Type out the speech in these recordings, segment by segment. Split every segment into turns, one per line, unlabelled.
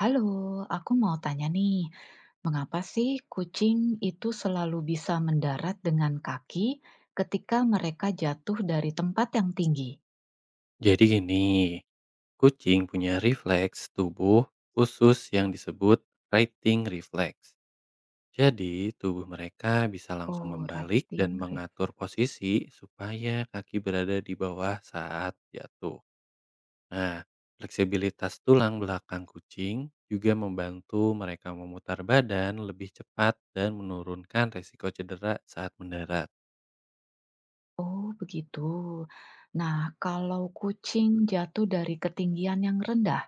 Halo, aku mau tanya nih, mengapa sih kucing itu selalu bisa mendarat dengan kaki ketika mereka jatuh dari tempat yang tinggi?
Jadi gini, kucing punya refleks tubuh khusus yang disebut writing reflex. Jadi, tubuh mereka bisa langsung
Oh,
membalik dan
riding
mengatur
reflex.
posisi supaya kaki berada di bawah saat jatuh. Nah, fleksibilitas tulang belakang kucing juga membantu mereka memutar badan lebih cepat dan menurunkan resiko cedera saat mendarat.
Oh, begitu. Nah, kalau kucing jatuh dari ketinggian yang rendah,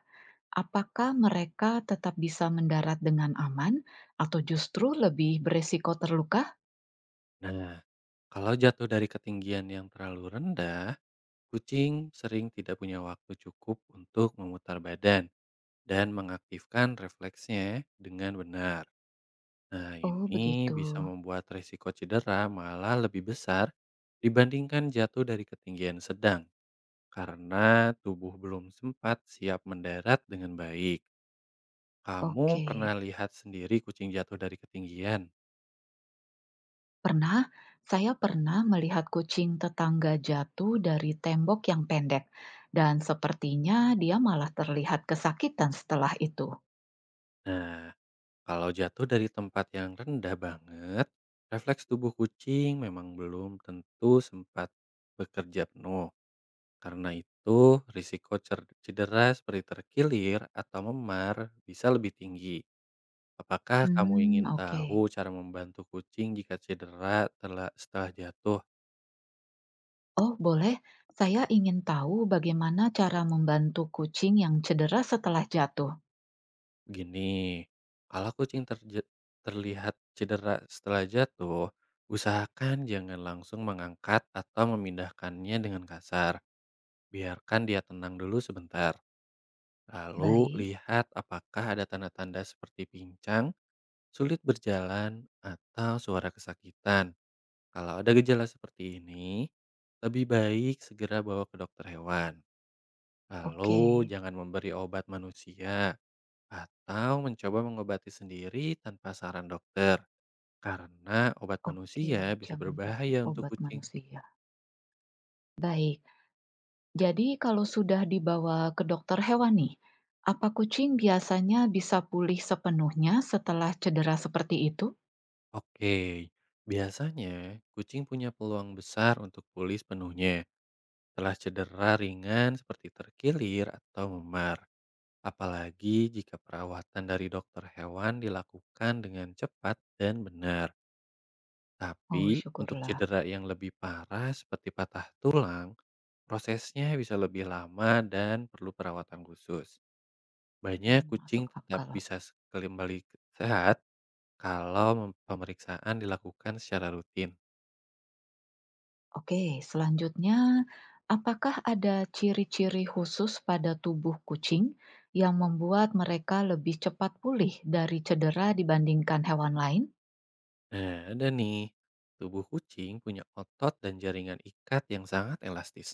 apakah mereka tetap bisa mendarat dengan aman atau justru lebih beresiko terluka?
Nah, kalau jatuh dari ketinggian yang terlalu rendah, kucing sering tidak punya waktu cukup untuk memutar badan dan mengaktifkan refleksnya dengan benar. Nah,
Oh,
ini
begitu.
bisa membuat risiko cedera malah lebih besar dibandingkan jatuh dari ketinggian sedang karena tubuh belum sempat siap mendarat dengan baik. Kamu
Oke.
pernah lihat sendiri kucing jatuh dari ketinggian?
Pernah, saya pernah melihat kucing tetangga jatuh dari tembok yang pendek, dan sepertinya dia malah terlihat kesakitan setelah itu.
Nah, kalau jatuh dari tempat yang rendah banget, refleks tubuh kucing memang belum tentu sempat bekerja penuh. Karena itu, risiko cedera seperti terkilir atau memar bisa lebih tinggi. Apakah kamu
Hmm,
ingin
oke.
tahu cara membantu kucing jika cedera telah setelah jatuh?
Oh, boleh. Saya ingin tahu bagaimana cara membantu kucing yang cedera setelah jatuh.
Gini, kalau kucing terlihat cedera setelah jatuh, usahakan jangan langsung mengangkat atau memindahkannya dengan kasar. Biarkan dia tenang dulu sebentar, lalu
Baik,
lihat apakah ada tanda-tanda seperti pincang, sulit berjalan, atau suara kesakitan. Kalau ada gejala seperti ini, lebih baik segera bawa ke dokter hewan. Lalu
oke.
jangan memberi obat manusia atau mencoba mengobati sendiri tanpa saran dokter, karena obat
Oke,
manusia bisa
jangan kasih
berbahaya untuk
obat
kucing.
manusia. Baik. Jadi kalau sudah dibawa ke dokter hewan nih, apa kucing biasanya bisa pulih sepenuhnya setelah cedera seperti itu?
Oke, biasanya kucing punya peluang besar untuk pulih sepenuhnya setelah cedera ringan seperti terkilir atau memar. Apalagi jika perawatan dari dokter hewan dilakukan dengan cepat dan benar. Tapi
Oh,
untuk
syukurlah.
cedera yang lebih parah seperti patah tulang, prosesnya bisa lebih lama dan perlu perawatan khusus. Banyak
Hmm,
kucing
masuk
tetap
akal.
bisa kembali sehat kalau pemeriksaan dilakukan secara rutin.
Oke, selanjutnya, apakah ada ciri-ciri khusus pada tubuh kucing yang membuat mereka lebih cepat pulih dari cedera dibandingkan hewan lain?
Nah, ada nih, tubuh kucing punya otot dan jaringan ikat yang sangat elastis.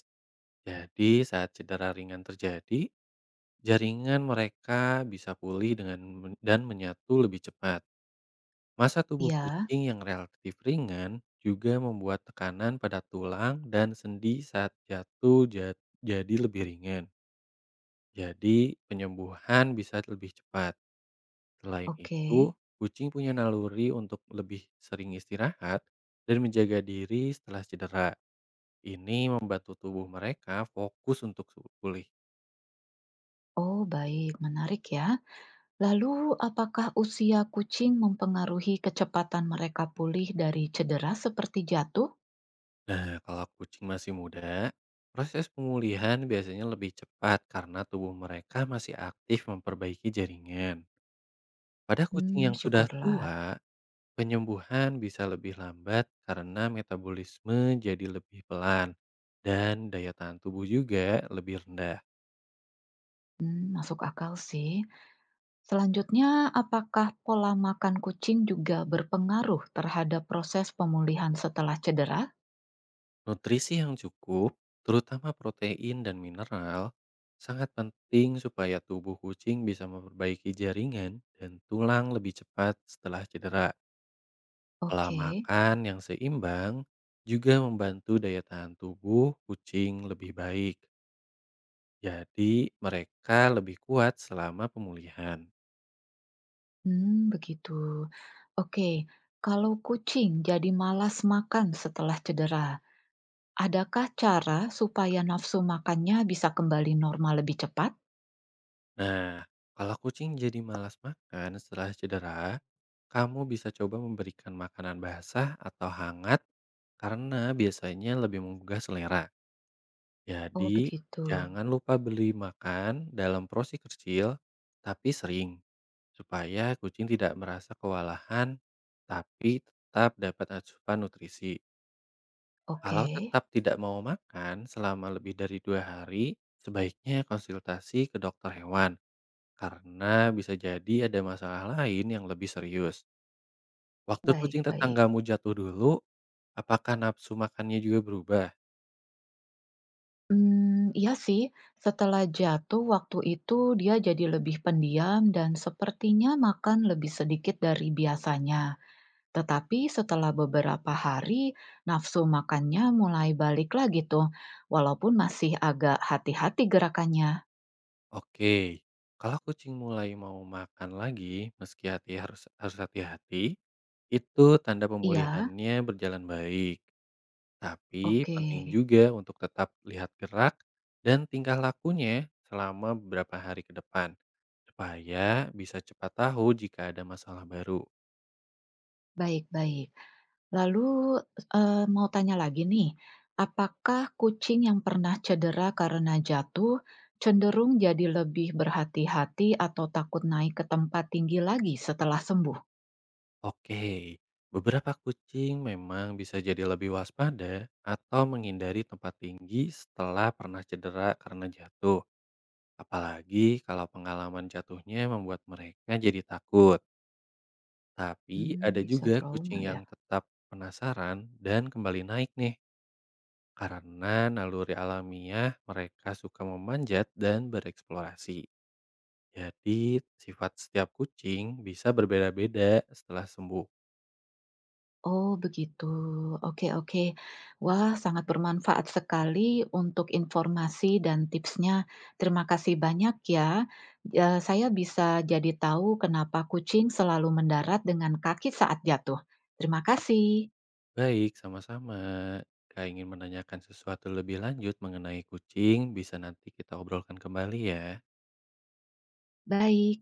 Jadi saat cedera ringan terjadi, jaringan mereka bisa pulih dan menyatu lebih cepat. Masa tubuh
Ya,
kucing yang relatif ringan juga membuat tekanan pada tulang dan sendi saat jatuh jadi lebih ringan. Jadi penyembuhan bisa lebih cepat. Selain
oke.
itu, kucing punya naluri untuk lebih sering istirahat dan menjaga diri setelah cedera. Ini membantu tubuh mereka fokus untuk pulih.
Oh, baik, menarik ya. Lalu, apakah usia kucing mempengaruhi kecepatan mereka pulih dari cedera seperti jatuh?
Nah, kalau kucing masih muda, proses pemulihan biasanya lebih cepat karena tubuh mereka masih aktif memperbaiki jaringan. Pada kucing
Hmm,
yang sudah
syukurlah.
tua, penyembuhan bisa lebih lambat karena metabolisme jadi lebih pelan dan daya tahan tubuh juga lebih rendah.
Hmm, masuk akal sih. Selanjutnya, apakah pola makan kucing juga berpengaruh terhadap proses pemulihan setelah cedera?
Nutrisi yang cukup, terutama protein dan mineral, sangat penting supaya tubuh kucing bisa memperbaiki jaringan dan tulang lebih cepat setelah cedera. Pola
Oke,
makan yang seimbang juga membantu daya tahan tubuh kucing lebih baik. Jadi, mereka lebih kuat selama pemulihan.
hmm, begitu. Oke, kalau kucing jadi malas makan setelah cedera, adakah cara supaya nafsu makannya bisa kembali normal lebih cepat?
Nah, kalau kucing jadi malas makan setelah cedera, kamu bisa coba memberikan makanan basah atau hangat karena biasanya lebih menggugah selera.
Oh,
Jadi,
begitu.
jangan lupa beli makan dalam porsi kecil tapi sering supaya kucing tidak merasa kewalahan, tapi tetap dapat asupan nutrisi.
Oke,
Kalau tetap tidak mau makan selama lebih dari 2 hari, sebaiknya konsultasi ke dokter hewan karena bisa jadi ada masalah lain yang lebih serius. Waktu
baik
kucing
baik.
tetanggamu jatuh dulu, apakah nafsu makannya juga berubah?
Hmm, iya sih, setelah jatuh waktu itu dia jadi lebih pendiam dan sepertinya makan lebih sedikit dari biasanya. Tetapi setelah beberapa hari, nafsu makannya mulai balik lagi tuh, walaupun masih agak hati-hati gerakannya.
Oke, kalau kucing mulai mau makan lagi, meski hati harus harus hati-hati, itu tanda
Iya,
pemulihannya berjalan baik. Tapi
oke.
penting juga untuk tetap lihat gerak dan tingkah lakunya selama beberapa hari ke depan, supaya bisa cepat tahu jika ada masalah baru.
Baik baik. Lalu, mau tanya lagi nih, apakah kucing yang pernah cedera karena jatuh cenderung jadi lebih berhati-hati atau takut naik ke tempat tinggi lagi setelah sembuh?
Oke, beberapa kucing memang bisa jadi lebih waspada atau menghindari tempat tinggi setelah pernah cedera karena jatuh. Apalagi kalau pengalaman jatuhnya membuat mereka jadi takut. Tapi
Mmm,
ada
bisa
juga
trauma
kucing yang
ya.
tetap penasaran dan kembali naik nih, karena naluri alamiah mereka suka memanjat dan bereksplorasi. Jadi sifat setiap kucing bisa berbeda-beda setelah sembuh.
Oh begitu, oke oke. Wah sangat bermanfaat sekali untuk informasi dan tipsnya. Terima kasih banyak ya. Saya bisa jadi tahu kenapa kucing selalu mendarat dengan kaki saat jatuh. Terima kasih,
Baik, sama-sama. Jika ingin menanyakan sesuatu lebih lanjut mengenai kucing, bisa nanti kita obrolkan kembali ya.
baik.